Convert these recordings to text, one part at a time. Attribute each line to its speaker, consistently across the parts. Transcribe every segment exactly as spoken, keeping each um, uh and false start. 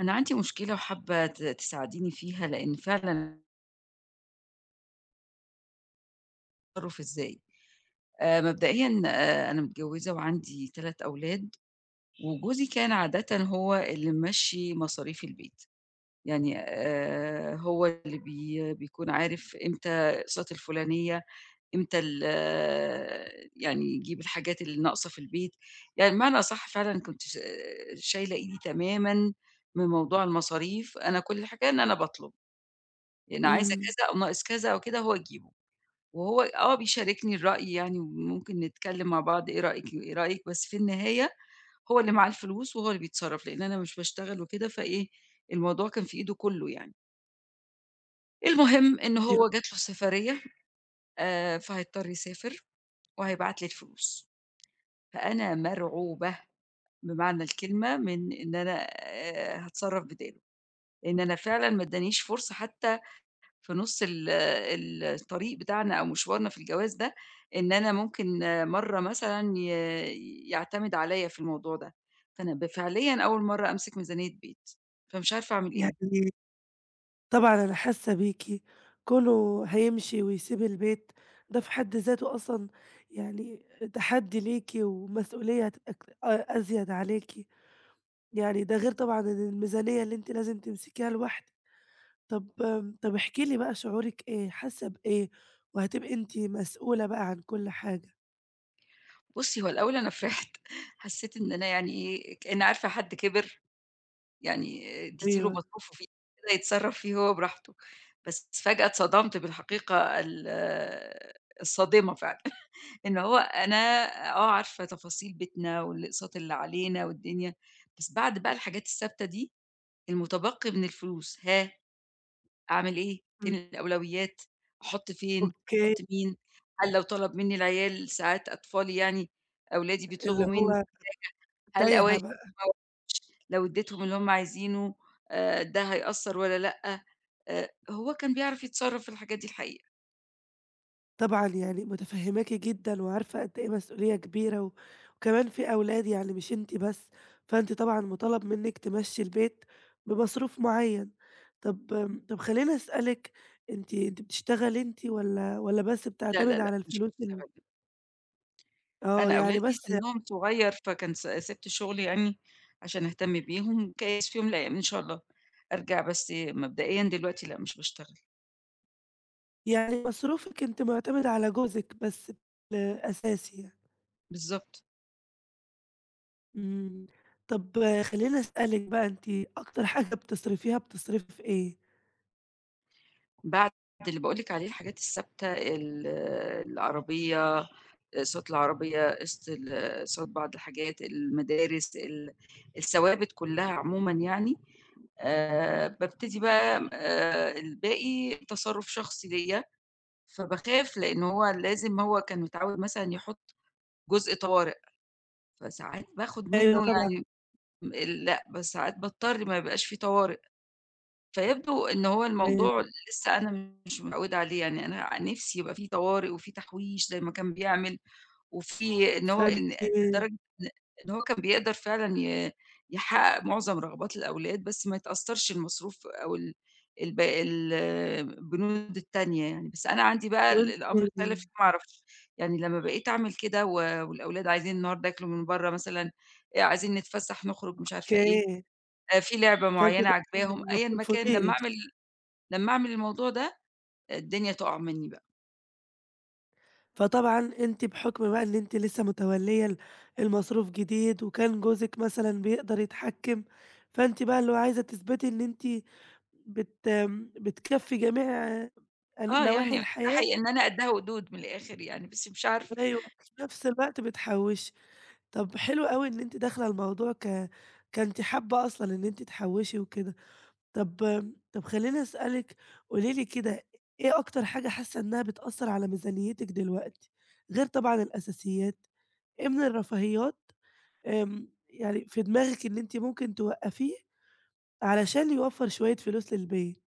Speaker 1: أنا عندي مشكلة وحابة ت تساعديني فيها، لإن فعلًا أتصرّف إزاي. آآ مبدئيًا آآ أنا متجوّزة وعندي تلاتة أولاد، وجوزي كان عادةً هو اللي ممشّي مصاريف البيت، يعني آآ هو اللي بي بيكون عارف إمتى الأقساط الفلانية، إمتى ال آه، يعني يجيب الحاجات اللي ناقصة في البيت، يعني بمعنى أصح فعلًا كنت ش شايلة إيدي تمامًا من موضوع المصاريف، أنا كل حاجة إن أنا باطلب. أنا عايزة
Speaker 2: إمم،
Speaker 1: كذا أو ناقص كذا أو كده هو يجيبه، وهو آه بيشاركني الرأي يعني وممكن نتكلم مع بعض إيه رأيِك وإيه رأيِك، بس في النهاية هو اللي معاه الفلوس وهو اللي بيتصرّف، لإن أنا مش باشتغل وكده فإيه، الموضوع كان في إيده كُلّه يعني. المهم إن
Speaker 2: أيوه.
Speaker 1: هو جات له سفرية، آآ، فهيضطر يسافر وهيبعت لي الفلوس، فأنا مرعوبة بمعنى الكلمة من إن أنا، آآ، هاتصرّف بداله، لإن أنا فعلًا ما ادّانيش فرصة حتى في نُص ال ال- الطريق بتاعنا أو مشوارنا في الجواز ده، إن أنا ممكن مرّة مثلًا ي يعتمد عليّا في الموضوع ده، فأنا ب فعليًا أول مرّة أمسك ميزانية بيت، فمش عارفة أعمل
Speaker 2: يعني
Speaker 1: إيه.
Speaker 2: طبعًا أنا حاسة بيكِ، كونه هيمشي ويسيب البيت ده في حد ذاته أصلًا يعني تحدي ليكِ ومسؤولية هتبقى ك أ أزيد عليكِ، يعني ده غير طبعًا إن الميزانية اللي أنتِ لازم تمسكيها لوحدِك. طب طب احكي لي بقى شعورِك إيه، حاسة بإيه، وهتبقي أنتِ مسؤولة بقى عن كل حاجة؟
Speaker 1: بُصّي، هو الأول أنا فرحت، حسّيت إن أنا يعني إيه، كإنّي عارفة حد كِبِر، يعني ادّيتِ له
Speaker 2: أيوه،
Speaker 1: مصروفه فيه كده يتصرّف فيه هو براحته، بس فجأة اتصدمت بالحقيقة ال الصادمة فعلًا. إن هو أنا آه عارفة تفاصيل بيتنا والأقساط اللي علينا والدنيا، بس بعد بقى الحاجات الثابتة دي، المتبقي من الفلوس، ها أعمل إيه؟ فين
Speaker 2: إمم.
Speaker 1: الأولويات؟ أحُط فين،
Speaker 2: أوكي،
Speaker 1: أحُط مين؟ هل لو طلب منّي العيال ساعات أطفالي يعني أولادي بيطلبوا
Speaker 2: اللي
Speaker 1: منّي
Speaker 2: هو
Speaker 1: حاجة، هل
Speaker 2: تايهة
Speaker 1: أوافق
Speaker 2: بقى.
Speaker 1: ما أوافقش؟ لو ادّيتهم اللي هُم عايزينه، آآ، ده هيأثّر والّا لأ؟ آآ، هو كان بيعرف يتصرّف في الحاجات دي الحقيقة.
Speaker 2: طبعًا يعني متفهّماكِ جدًا وعارفة قد إيه مسؤولية كبيرة، و وكمان في أولاد يعني مش أنتِ بس، فأنتِ طبعًا مُطالب منِّك تمشّي البيت بمصروف معيّن. طب آمم، طب خلّيني أسألِك أنتِ أنتِ بتشتغلي أنتِ والّا والّا بس
Speaker 1: لا، لا،
Speaker 2: بتعتمدي
Speaker 1: لأ،
Speaker 2: على
Speaker 1: مش
Speaker 2: الفلوس ال
Speaker 1: مستغل
Speaker 2: آه،
Speaker 1: أنا
Speaker 2: يعني
Speaker 1: أولادي
Speaker 2: بس
Speaker 1: سنّهم صغير، فكان س سِبت الشغل يعني عشان أهتم بيهم، جايز في يوم من الأيام إن شاء الله أرجع، بس مبدئيًا دلوقتي لأ، مش باشتغل.
Speaker 2: يعني مصروفِك أنتِ معتمدة على جوزِك بس بشكل أساسي يعني.
Speaker 1: بالضبط،
Speaker 2: إمم، طب خلّيني أسألِك بقى أنتِ أكتر حاجة بتصرفيها بتصرفي في إيه؟
Speaker 1: بعد اللي باقول لِك عليه الحاجات الثابتة ال العربية، صوت العربية، قِسط ال صوت بعض الحاجات، المدارس، ال الثوابت كلّها عمومًا يعني، آآ بابتدي بقى آآ الباقي تصرُّف شخصي ليّا، فباخاف لإن هو لازم هو كان متعوّد مثلًا يحُط جزء طوارئ، فساعات باخد منه
Speaker 2: أيوه طبعًا،
Speaker 1: يعني م لأ، بس ساعات باضطر ما يبقاش في طوارئ، فيبدو إن هو
Speaker 2: أيوه،
Speaker 1: الموضوع لسه أنا مش متعودة عليه، يعني أنا نِفْسي يبقى في طوارئ وفي تحويش زي ما كان بيعمل، وفي إن هو
Speaker 2: فأنتِ
Speaker 1: إن لدرجة إن إن هو كان بيقدر فعلًا ي يحقق معظم رغبات الأولاد، بس ما يتأثّرش المصروف أو ال الب ال البنود التانية يعني، بس أنا عندي بقى ال
Speaker 2: وأنتِ
Speaker 1: الأمر اختلف ما أعرفش، يعني لمّا بقيت أعمل كده و والأولاد عايزين النهارده ياكلوا من برّه مثلًا، آآ عايزين نتفسّح، نخرج، مش عارفة إيه،
Speaker 2: أوكي،
Speaker 1: آآ في لعبة
Speaker 2: فأنتِ
Speaker 1: معيّنة
Speaker 2: طبعًا
Speaker 1: عاجباهم،
Speaker 2: ما
Speaker 1: أيًا ما كان، لمّا أعمل
Speaker 2: بترفضيش،
Speaker 1: لمّا أعمل الموضوع ده، الدنيا تُقع منّي بقى.
Speaker 2: فطبعًا أنتِ بحكم بقى إن أنتِ لسه متولية ال المصروف جديد، وكان جوزِك مثلًا بيقدر يتحكم، فأنتِ بقى اللي هو عايزة تثبتي إن أنتِ بت بتكفّي جميع ال
Speaker 1: آه،
Speaker 2: نواحي
Speaker 1: يعني ألتحق
Speaker 2: الحياة،
Speaker 1: إن أنا قدّها ودود من الآخر يعني، بس مش عارفة.
Speaker 2: أيوه، في نفس الوقت بتحوّشي، طب حلو أوي إن أنتِ داخلة الموضوع ك كأنتِ حابة أصلًا إن أنتِ تحوّشي وكده. طب طب خلّيني أسألِك، قولي لي كده إيه أكتر حاجة حاسة إنها بتأثّر على ميزانيتِك دلوقتي، غير طبعًا الأساسيات، إيه من الرفاهيات آمم، يعني في دماغِك إن أنتِ ممكن توقّفيه علشان يوفّر شوية فلوس للبيت؟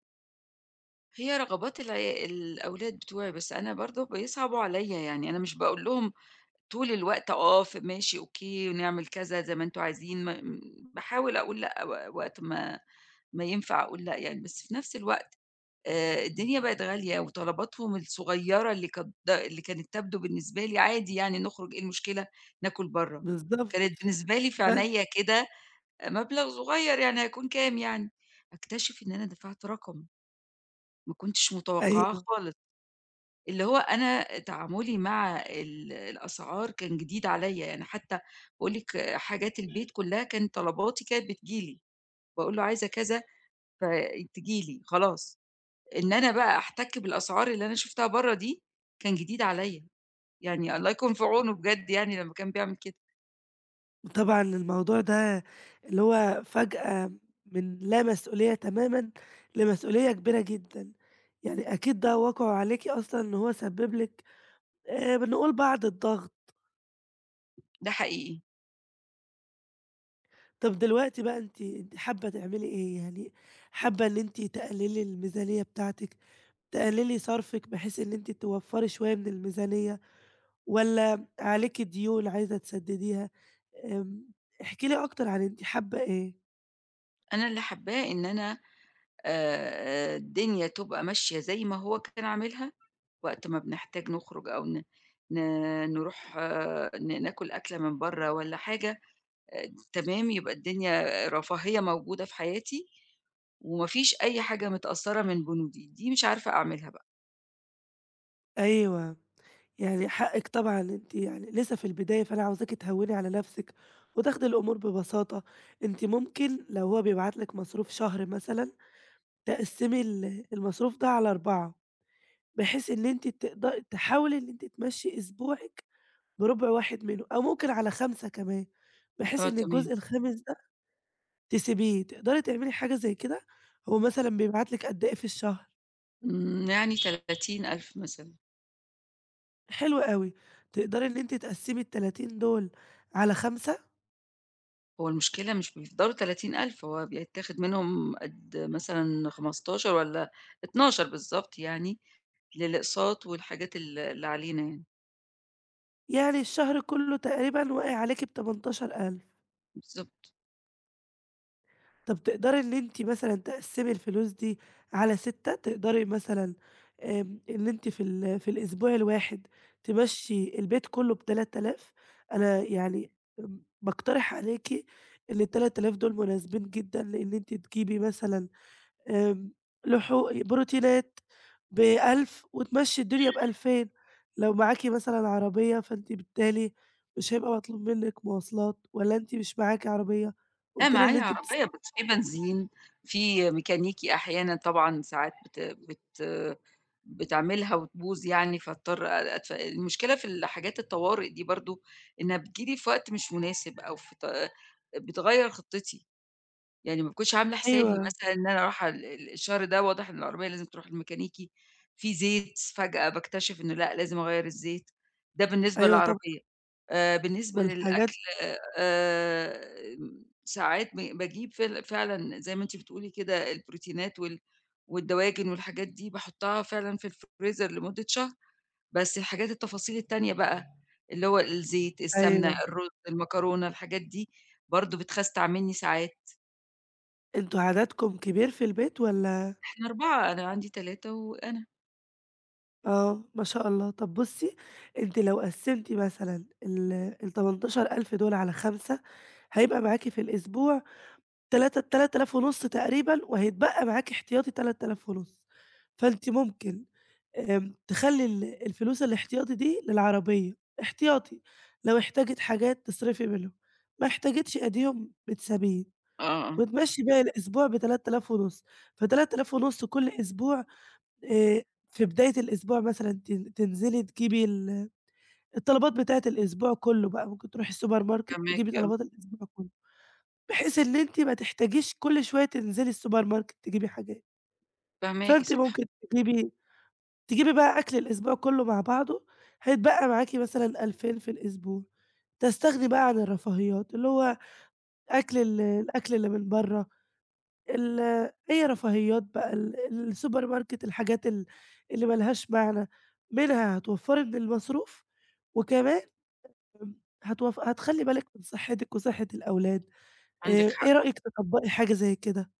Speaker 1: هي رغبات العي الأولاد بتوعي، بس أنا برضه بيصعبوا عليّا، يعني أنا مش باقول لهم طول الوقت آه، ف ماشي أوكي ونعمل كذا زي ما أنتم عايزين، ما باحاول أقول لأ و وقت ما ما ينفع أقول لأ يعني، بس في نفس الوقت، آآ، الدنيا بقت غالية وطلباتهم الصغيّرة اللي كانت د اللي كانت تبدو بالنسبة لي عادي يعني نخرج إيه المشكلة، ناكل برّه،
Speaker 2: بالضبط،
Speaker 1: كانت بالنسبة لي في
Speaker 2: بس
Speaker 1: عينيّا كده مبلغ صغيّر يعني هيكون كام يعني، أكتشف إن أنا دفعت رقم ما كنتش متوقعاه
Speaker 2: أيوه،
Speaker 1: خالص. اللي هو أنا تعاملي مع ال الأسعار كان جديد عليّا، يعني حتى باقول لِك حاجات البيت كلّها كانت طلباتي كانت بتيجي لي، باقول له عايزة كذا فتيجي لي خلاص، إن أنا بقى أحتك بالأسعار اللي أنا شُفتها برّه دي كان جديد عليّا، يعني الله يكون في عونه بجد يعني لمّا كان بيعمل كده،
Speaker 2: طبعًا الموضوع ده اللي هو فجأة من لا مسؤولية تمامًا لمسؤولية كبيرة جدًا، يعني أكيد ده واقعه عليكِ أصلًا إن هو سبّب لك آآ، بنقول بعض الضغط.
Speaker 1: ده حقيقي.
Speaker 2: طب دلوقتي بقى أنتِ أنتِ حابة تعملي إيه؟ يعني حابة إن أنتِ تقللي الميزانية بتاعتِك، تقللي صرفِك بحيث إن أنتِ توفّري شوية من الميزانية والّا عليكِ ديون عايزة تسدديها؟ آمم، احكي لي أكتر عن أنتِ حابة إيه؟
Speaker 1: أنا اللي حابّاه إن أنا، آآ، الدنيا تبقى ماشية زي ما هو كان عاملها، وقت ما بنحتاج نخرج أو ن ن نروح آه، ن ناكل أكلة من برّه والّا حاجة، آآ، تمام يبقى الدنيا رفاهية موجودة في حياتي، وما فيش أي حاجة متأثّرة من بنودي، دي مش عارفة أعملها بقى.
Speaker 2: أيوه، يعني حقِّك طبعًا أنتِ يعني لسه في البداية، فأنا عاوزاكِ تهوّني على نفسِك وتاخدي الأمور ببساطة. أنتِ ممكن لو هو بيبعت لِك مصروف شهر مثلًا، تقسّمي ال المصروف ده على أربعة. بحيث إن أنتِ تقد تحاولي إن أنتِ تمشّي أسبوعِك بربع واحد منه أو ممكن على خمسة كمان، بحيث
Speaker 1: آه
Speaker 2: إن
Speaker 1: تمام،
Speaker 2: الجزء الخامس ده تسيبيه، تقدري تعملي حاجة زي كده؟ هو مثلًا بيبعت لِك قد إيه في الشهر؟
Speaker 1: إمم، يعني ثلاثين ألف مثلًا.
Speaker 2: حلو أوي، تقدري إن أنتِ تقسّمي التلاتين دول على خمسة
Speaker 1: هو المشكلة مش بيفضلوا ثلاثين ألف هو بيتاخد منهم قد مثلًا خمستاشر والّا اتناشر بالضبط يعني للأقساط والحاجات ال اللي علينا يعني،
Speaker 2: يعني الشهر كله تقريبًا واقع عليكِ بثمانية عشر ألف.
Speaker 1: بالضبط.
Speaker 2: طب تقدري إن أنتِ مثلًا تقسّمي الفلوس دي على ستة، تقدري مثلًا آمم، إن أنتِ في ال في الأسبوع الواحد تمشّي البيت كلّه بتلات آلاف. أنا يعني امم، باقترح عليكِ إن الثلاثة آلاف دول مناسبين جدًا لإن أنتِ تجيبي مثلًا آمم، لحو بروتينات بألف وتمشّي الدنيا بألفين. لو معاكِ مثلًا عربية فأنتِ بالتالي مش هيبقى مطلوب منِّك مواصلات والّا أنتِ مش معاكِ عربية؟
Speaker 1: لأ
Speaker 2: قُلتِ لي إن
Speaker 1: معايا
Speaker 2: أنتِ بتس
Speaker 1: عربية بس في بنزين، في ميكانيكي أحيانًا طبعًا ساعات بت بت بتعملها وتبوظ يعني فاضطر أ أدفع المشكلة في الحاجات الطوارئ دي برضه إنها بتيجي لي في وقت مش مناسب أو في ط بتغيّر خطتي. يعني ما باكونش عاملة حسابي
Speaker 2: أيوه.
Speaker 1: مثلًا إن أنا رايحة ال ال الشهر ده واضح إن العربية لازم تروح للميكانيكي، في زيت فجأة باكتشف إنه لأ، لازم أغيّر الزيت، ده بالنسبة
Speaker 2: أيوه طبعًا،
Speaker 1: للعربية. آآ بالنسبة للأكل،
Speaker 2: والحاجات
Speaker 1: آآ ساعات ب باجيب فل فعلًا زي ما أنتِ بتقولي كده البروتينات وال والدواجن والحاجات دي باحطها فعلًا في الفريزر لمدة شهر، بس الحاجات التفاصيل التانية بقى، اللي هو الزيت، السمنة،
Speaker 2: أيوه،
Speaker 1: الرز، المكرونة، الحاجات دي برضه بتخَستع منّي ساعات.
Speaker 2: أنتم عددكم كبير في البيت والّا
Speaker 1: إحنا أربعة أنا عندي تلاتة وأنا.
Speaker 2: آه، ما شاء الله. طب بُصّي، أنتِ لو قسّمتِ مثلًا ال ال18,000 دول على خمسة هيبقى معاكِ في الأسبوع تلاتة 3,500 تقريبًا، وهيتبقى معاكِ احتياطي تلاتة آلاف وخمسمية. فأنتِ ممكن آمم، تخلّي ال الفلوس الاحتياطي دي للعربية، احتياطي لو احتاجت حاجات تصرفي منهم، ما احتاجتش أديهم بتسابيه.
Speaker 1: آه، آه.
Speaker 2: وتمشّي باقي الأسبوع بثلاثة آلاف ونُص، فثلاثة آلاف ونُص كل أسبوع. آآ، في بداية الأسبوع مثلًا تن تنزلي تجيبي ال الطلبات بتاعة الأسبوع كلّه بقى، ممكن تروحي السوبر ماركت
Speaker 1: فاهماكِ
Speaker 2: تجيبي
Speaker 1: آه،
Speaker 2: طلبات الأسبوع كلّه، بحيث إن أنتِ ما تحتاجيش كل شوية تنزلي السوبر ماركت تجيبي حاجات،
Speaker 1: فاهماكِ
Speaker 2: فأنتِ
Speaker 1: صح،
Speaker 2: ممكن تجيبي تجيبي بقى أكل الأسبوع كلّه مع بعضه، هيتبقى معاكِ مثلًا ألفين في الأسبوع، تستغني بقى عن الرفاهيات اللي هو أكل ال الأكل اللي من برّه، ال أي رفاهيات بقى ال السوبر ماركت الحاجات ال اللي ما لهاش معنى، منها هتوفّري من المصروف، وكمان آمم هتوف هتخلّي بالِك من صحتِك وصحة الأولاد، آآ
Speaker 1: عندك
Speaker 2: إيه
Speaker 1: حق.
Speaker 2: رأيِك تطبّقي حاجة زي كده؟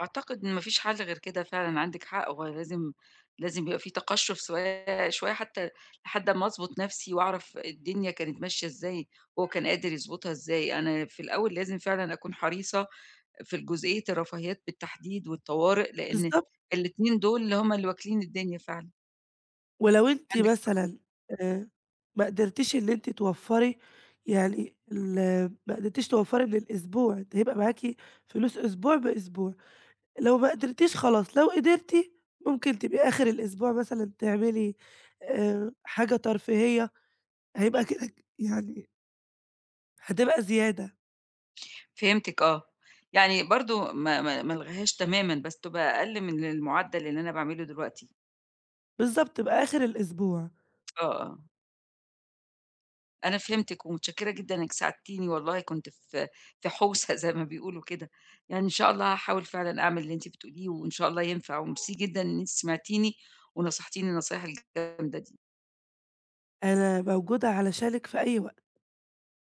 Speaker 1: أعتقد إن ما فيش حل غير كده فعلًا، عندِك حق، هو لازم لازم يبقى في تقشُّف سوايا شوية حتى لحد أمّا أضبط نَفْسي وأعرف الدنيا كانت ماشية إزاي، هو كان قادر يضبطها إزاي. أنا في الأول لازم فعلًا أكون حريصة في الجزئية الرفاهيات بالتحديد والطوارئ، لإن
Speaker 2: بالضبط،
Speaker 1: الاتنين دول اللي هم اللي واكلين الدنيا فعلًا،
Speaker 2: ولو أنتِ
Speaker 1: عندِك
Speaker 2: مثلًا آآ ما قدرتيش إن أنتِ توفّري يعني ال ما قدرتيش توفّري من الأسبوع، أنتِ هيبقى معاكِ فلوس أسبوع بأسبوع. لو ما قدرتيش خلاص، لو قدرتِ ممكن تبقي آخر الأسبوع مثلًا تعملي آآ، حاجة ترفيهية، هيبقى كده ك يعني هتبقى زيادة.
Speaker 1: فهمتِك آه. يعني برضه ما ما ما الغيهاش تمامًا، بس تبقى أقل من المُعدّل اللي أنا باعمله دلوقتي.
Speaker 2: بالضبط، يبقى آخر الأسبوع،
Speaker 1: آه، آه. أنا فهمتِك ومتشكّرة جدًا إنِّك ساعدتيني والله كنت في في حوسة زي ما بيقولوا كده. يعني إن شاء الله هاحاول فعلًا أعمل اللي أنتِ بتقوليه وإن شاء الله ينفع وميرسي جدًا إن أنتِ سمعتيني ونصحتيني النصايح الجامدة دي.
Speaker 2: أنا موجودة علشانِك في أي وقت.